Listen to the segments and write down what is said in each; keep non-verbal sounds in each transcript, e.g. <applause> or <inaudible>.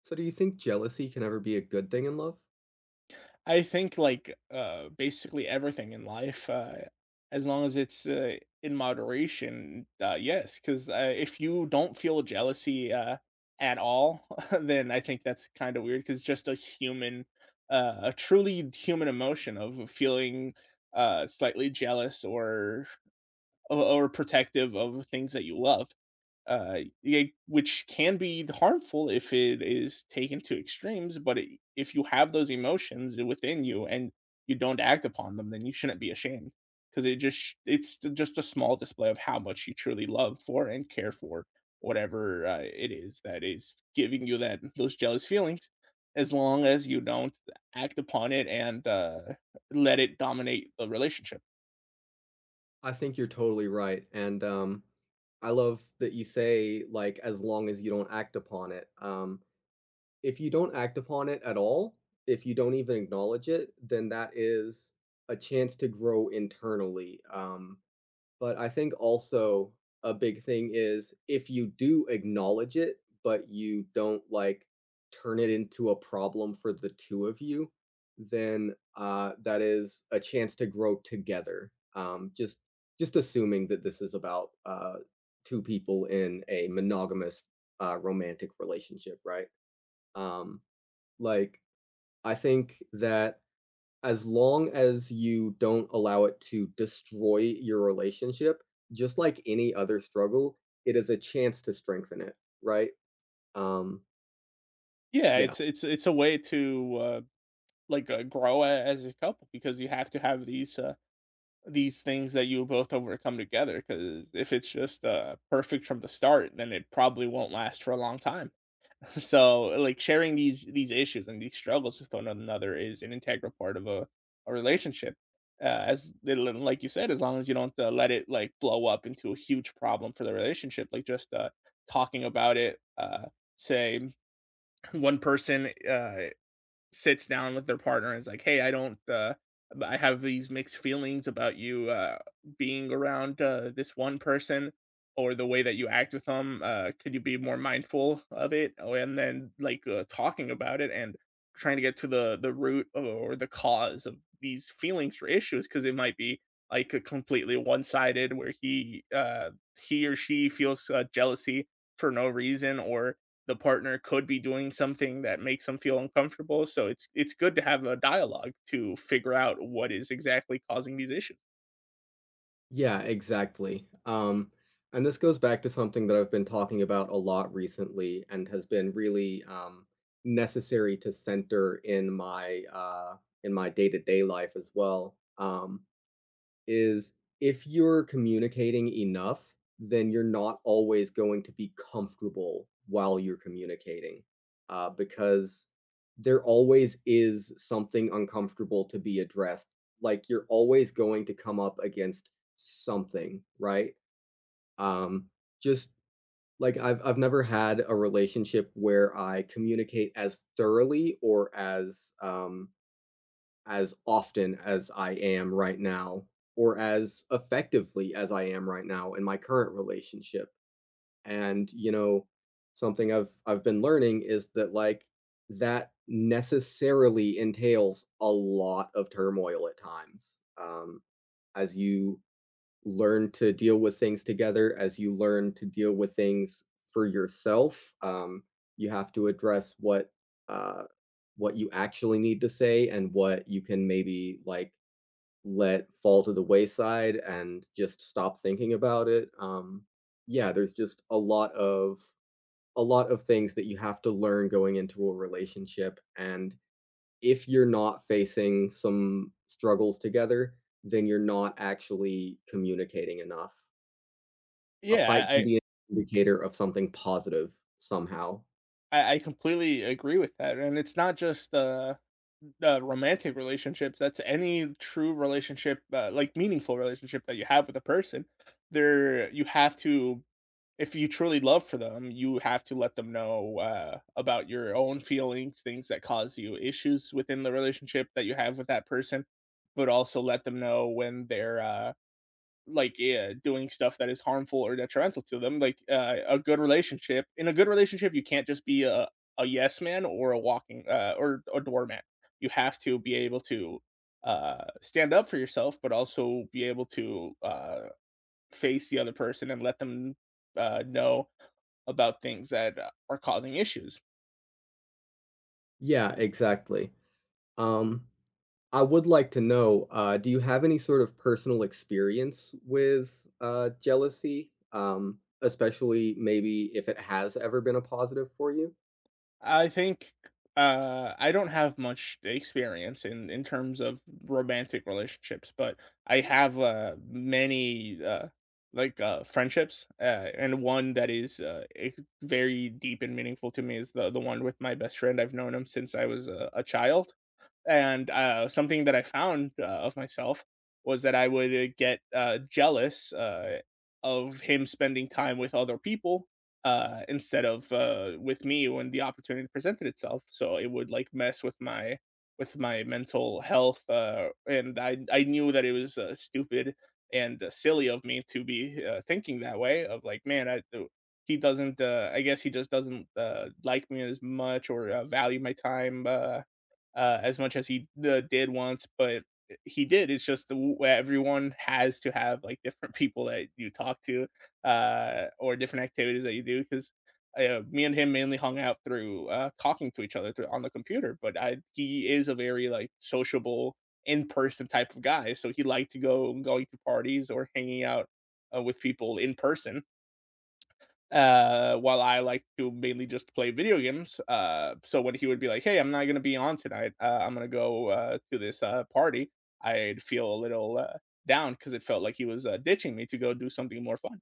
So do you think jealousy can ever be a good thing in love? I think like basically everything in life as long as it's in moderation yes, cuz if you don't feel jealousy at all <laughs> then I think that's kind of weird, cuz just a human a truly human emotion of feeling slightly jealous or or protective of things that you love. Yeah, which can be harmful if it is taken to extremes. But I if you have those emotions within you and you don't act upon them, then you shouldn't be ashamed, because it just just a small display of how much you truly love for and care for whatever it is that is giving you that those jealous feelings. As long as you don't act upon it and let it dominate the relationship. I think you're totally right, and, I love that you say, like, "As long as you don't act upon it." If you don't act upon it at all, if you don't even acknowledge it, then that is a chance to grow internally. But I think also a big thing is if you do acknowledge it, but you don't like turn it into a problem for the two of you, then that is a chance to grow together. Just assuming that this is about two people in a monogamous romantic relationship, right? Um, like I think that as long as you don't allow it to destroy your relationship, just like any other struggle, it is a chance to strengthen it, right? Um, Yeah, yeah, it's a way to like, grow a as a couple, because you have to have these these things that you both overcome together, because if it's just, perfect from the start, then it probably won't last for a long time. <laughs> So, like, sharing these issues and these struggles with one another is an integral part of a relationship, uh, as like you said, as long as you don't, let it, like, blow up into a huge problem for the relationship. Like, just, talking about it, say one person, sits down with their partner and is like, "Hey, I don't, I have these mixed feelings about you being around this one person or the way that you act with them. Could you be more mindful of it?" Oh, and then like talking about it and trying to get to the root of, or the cause of these feelings or issues, because it might be like a completely one sided where he he or she feels jealousy for no reason, or the partner could be doing something that makes them feel uncomfortable. So it's good to have a dialogue to figure out what is exactly causing these issues. yeah, exactly. And this goes back to something that I've been talking about a lot recently and has been really necessary to center in my day to day life as well. Is if you're communicating enough, then you're not always going to be comfortable while you're communicating, because there always is something uncomfortable to be addressed. Like you're always going to come up against something, right? Um, just like I've never had a relationship where I communicate as thoroughly or as often as I am right now or as effectively as I am right now in my current relationship. And something I've been learning is that like that necessarily entails a lot of turmoil at times. As you learn to deal with things together, as you learn to deal with things for yourself, you have to address what uh, you actually need to say and what you can maybe like let fall to the wayside and just stop thinking about it. Yeah, there's just a lot of things that you have to learn going into a relationship, and if you're not facing some struggles together, then you're not actually communicating enough. A Yeah, fight I can be an indicator of something positive somehow. I, I completely agree with that, and it's not just romantic relationships. That's any true relationship, like meaningful relationship that you have with a person. You have to, if you truly love for them, you have to let them know about your own feelings, things that cause you issues within the relationship that you have with that person, but also let them know when they're like, yeah, doing stuff that is harmful or detrimental to them. Like a good relationship, in a good relationship, you can't just be a yes man or a walking or a doormat. You have to be able to stand up for yourself, but also be able to face the other person and let them know about things that are causing issues. Yeah, exactly. Um, I would like to know, do you have any sort of personal experience with, jealousy? Especially maybe if it has ever been a positive for you? I think I don't have much experience in terms of romantic relationships, but I have many like friendships, and one that is very deep and meaningful to me is the one with my best friend. I've known him since I was a child. And, something that I found, of myself was that I would, get, jealous, of him spending time with other people, instead of, with me when the opportunity presented itself. So it would, like, mess with my mental health, and I knew that it was, stupid and, silly of me to be, thinking that way of like, "Man, I he doesn't, I guess he just doesn't, like me as much or, value my time, as much as he did once," but he did. It's just everyone has to have like different <laughs> people that you talk to, or different activities that you do. Because me and him mainly hung out through talking to each other through, on the computer, but he is a very like sociable in person type of guy, so he liked to go going to parties or hanging out with people in person, while I like to mainly just play video games. So when he would be like, "Hey, I'm not gonna be on tonight, I'm gonna go to this party," I'd feel a little down, because it felt like he was ditching me to go do something more fun.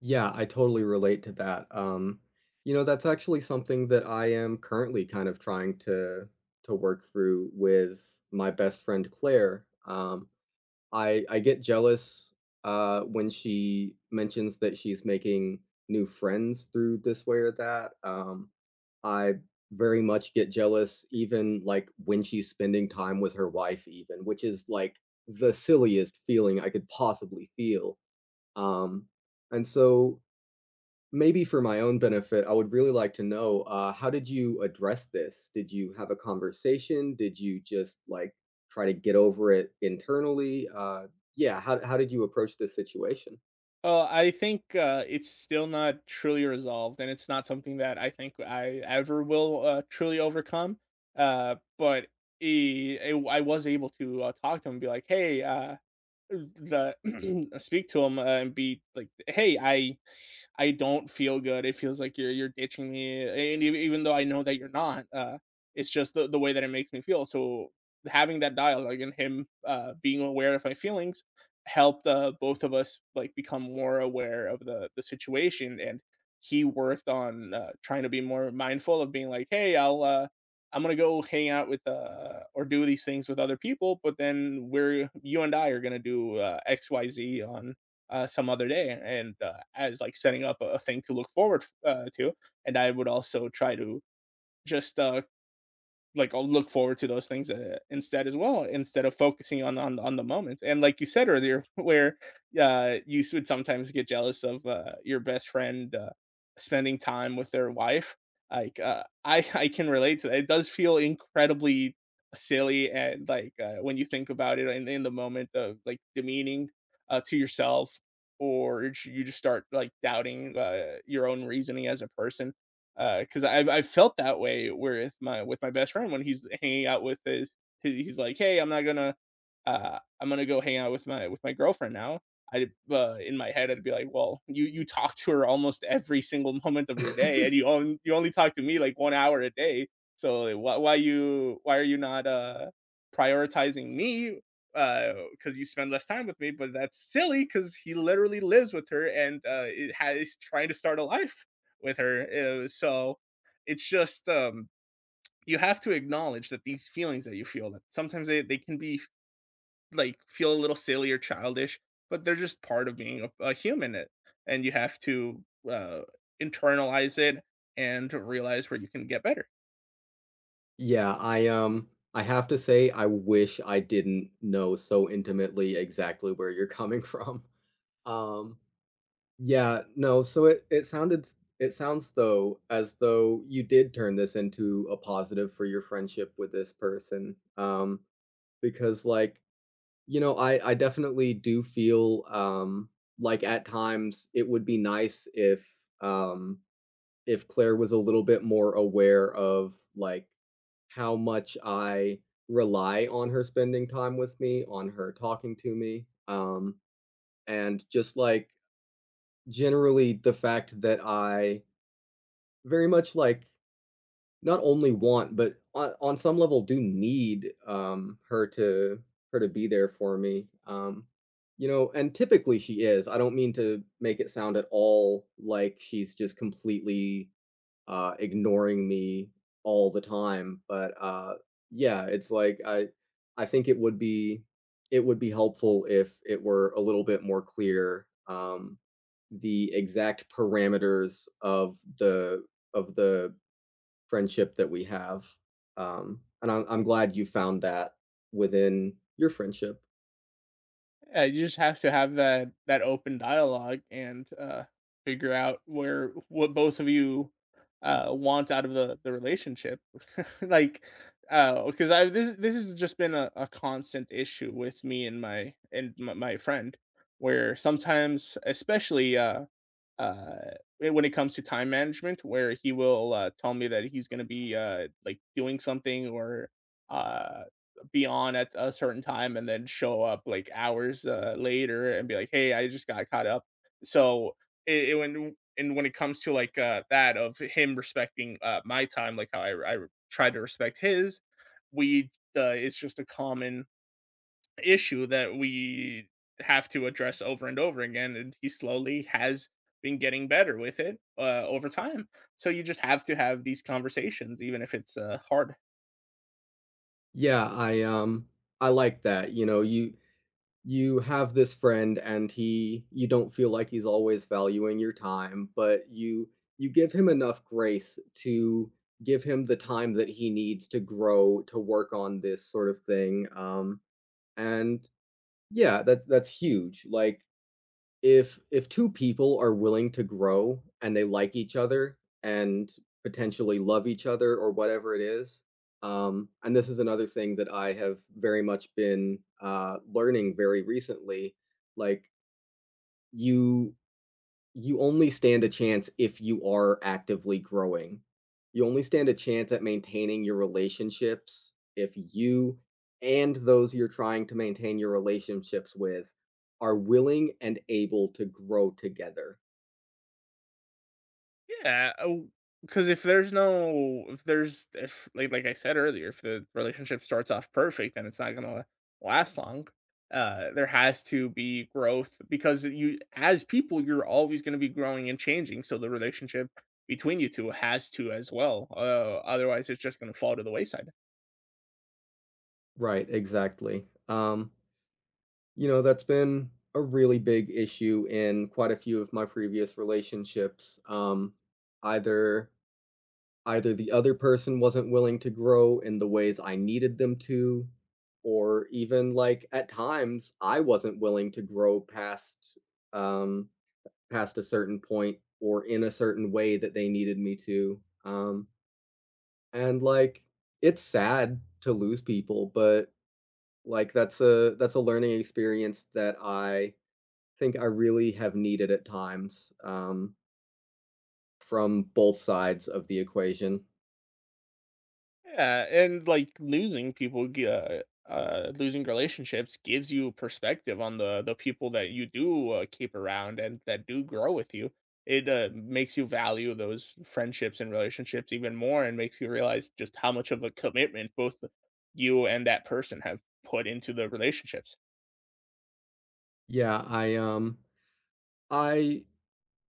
Yeah, I totally relate to that. That's actually something that I am currently kind of trying to work through with my best friend Claire. I get jealous when she mentions that she's making new friends through this way or that. I very much get jealous even like when she's spending time with her wife, even, which is like the silliest feeling I could possibly feel. Um, and so maybe for my own benefit, I would really like to know how did you address this? Did you have a conversation? Did you just like try to get over it internally? Yeah, how did you approach this situation? I think it's still not truly resolved, and it's not something that I think I ever will truly overcome, but I was able to talk to him and be like, "Hey the <clears throat> speak to him and be like, "Hey, I don't feel good. It feels like you're ditching me, and even though I know that you're not, it's just the way that it makes me feel." So having that dialogue and him being aware of my feelings helped, both of us like become more aware of the situation, and he worked on trying to be more mindful of being like, "Hey, I'm gonna go hang out with or do these things with other people, but then we're you and I are gonna do XYZ on some other day." And as like setting up a thing to look forward to. And I would also try to just like, I'll look forward to those things instead as well, instead of focusing on on the moment. And like you said earlier, <laughs> where you would sometimes get jealous of your best friend spending time with their wife. Like I <laughs> I can relate to that. It does feel incredibly silly and like when you think about it in the moment, of like demeaning to yourself, or you just start like doubting your own reasoning as a person, because I've felt that way with my best friend when he's hanging out with his he's like, "Hey, I'm not gonna I'm gonna go hang out with my girlfriend now." I In my head I'd be like, "Well, you talk to her almost every single <laughs> moment of your day, and <laughs> you only talk to me like one hour a day. So like, why are you not prioritizing me? Because you spend less time with me." But that's silly, because he literally lives with her and is trying to start a life with her. So it's just you have to acknowledge that these feelings that you feel, that sometimes they can be like feel a little silly or childish, but they're just part of being a human and you have to uh internalize it and realize where you can get better. Yeah, I have to say I wish I didn't know so intimately exactly where you're coming <laughs> from. Um yeah, no, so it sounds though as though you did turn this into a positive for your friendship with this person. Because, like, I definitely do feel, like at times it would be nice um if Claire was a little bit more aware of, like, how much I rely on her spending time with me, on her talking to me, and just like generally the fact that I very much, like, not only want but, on some level do need her to be there for me. And typically she is. I don't mean to make it sound at all like she's just completely ignoring me all the time, but, yeah, it's like I think it would be helpful if it were a little bit more clear the exact parameters of the friendship that we have. And I'm glad you found that within your friendship. Yeah, you just have to have that open dialogue and figure out where, what both of you want out of the relationship. <laughs> Like, because I, this has just been a constant issue with me and my friend, where sometimes, especially uh, when it comes to time management, where he will, tell me that he's gonna be, like, doing something or, uh, be on at a certain time and then show up, like, hours, later and be like, "Hey, I just got caught up." So, it when, and when it comes to, like, that of him respecting, my time, like, how I try to respect his, we, it's just a common issue that we have to address over and over again, and he slowly has been getting better with it, over time. So you just have to have these conversations, even if it's, hard. Yeah, I like that. You have this friend, and he you don't feel like he's always valuing your time, but you give him enough grace to give him the time that he needs to grow to work on this sort of thing. And yeah, that's huge. Like, if two people are willing to grow and they like each other and potentially love each other or whatever it is. And this is another thing that I have very much been learning very recently. Like, you you only stand a chance if you are actively growing. You only stand a chance at maintaining your relationships if you and those you're trying to maintain your relationships with are willing and able to grow together. Yeah, oh, because if like, like I said earlier, if the relationship starts off perfect, then it's not gonna last long. There has to be growth, because you, as people, you're always going to be growing and changing. So the relationship between you two has to as well. Otherwise, it's just going to fall to the wayside. Right, exactly. That's been a really big issue in quite a few of my previous relationships. Either either the other person wasn't willing to grow in the ways I needed them to, or even like at times I wasn't willing to grow um past a certain point or in a certain way that they needed me to. And like it's sad to lose people, but like that's a learning experience that I think I really have needed at times from both sides of the equation. Yeah, and like losing people, losing relationships gives you perspective on the people that you do keep around and that do grow with you. It makes you value those friendships and relationships even more, and makes you realize just how much of a commitment both you and that person have put into the relationships. Yeah, I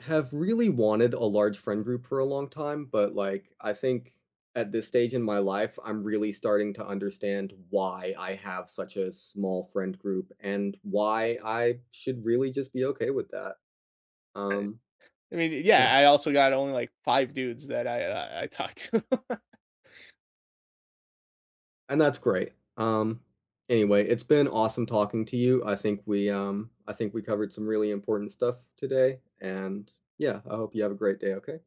have really wanted a large friend group for a long time, but like I think at this stage in my life, I'm really starting to understand why I have such a small friend group and why I should really just be okay with that. Um, I mean, yeah, yeah, I also got only like five dudes that I talked to. <laughs> and that's great. Anyway, it's been awesome talking to you. I think we covered some really important stuff today, and yeah, I hope you have a great day. Okay.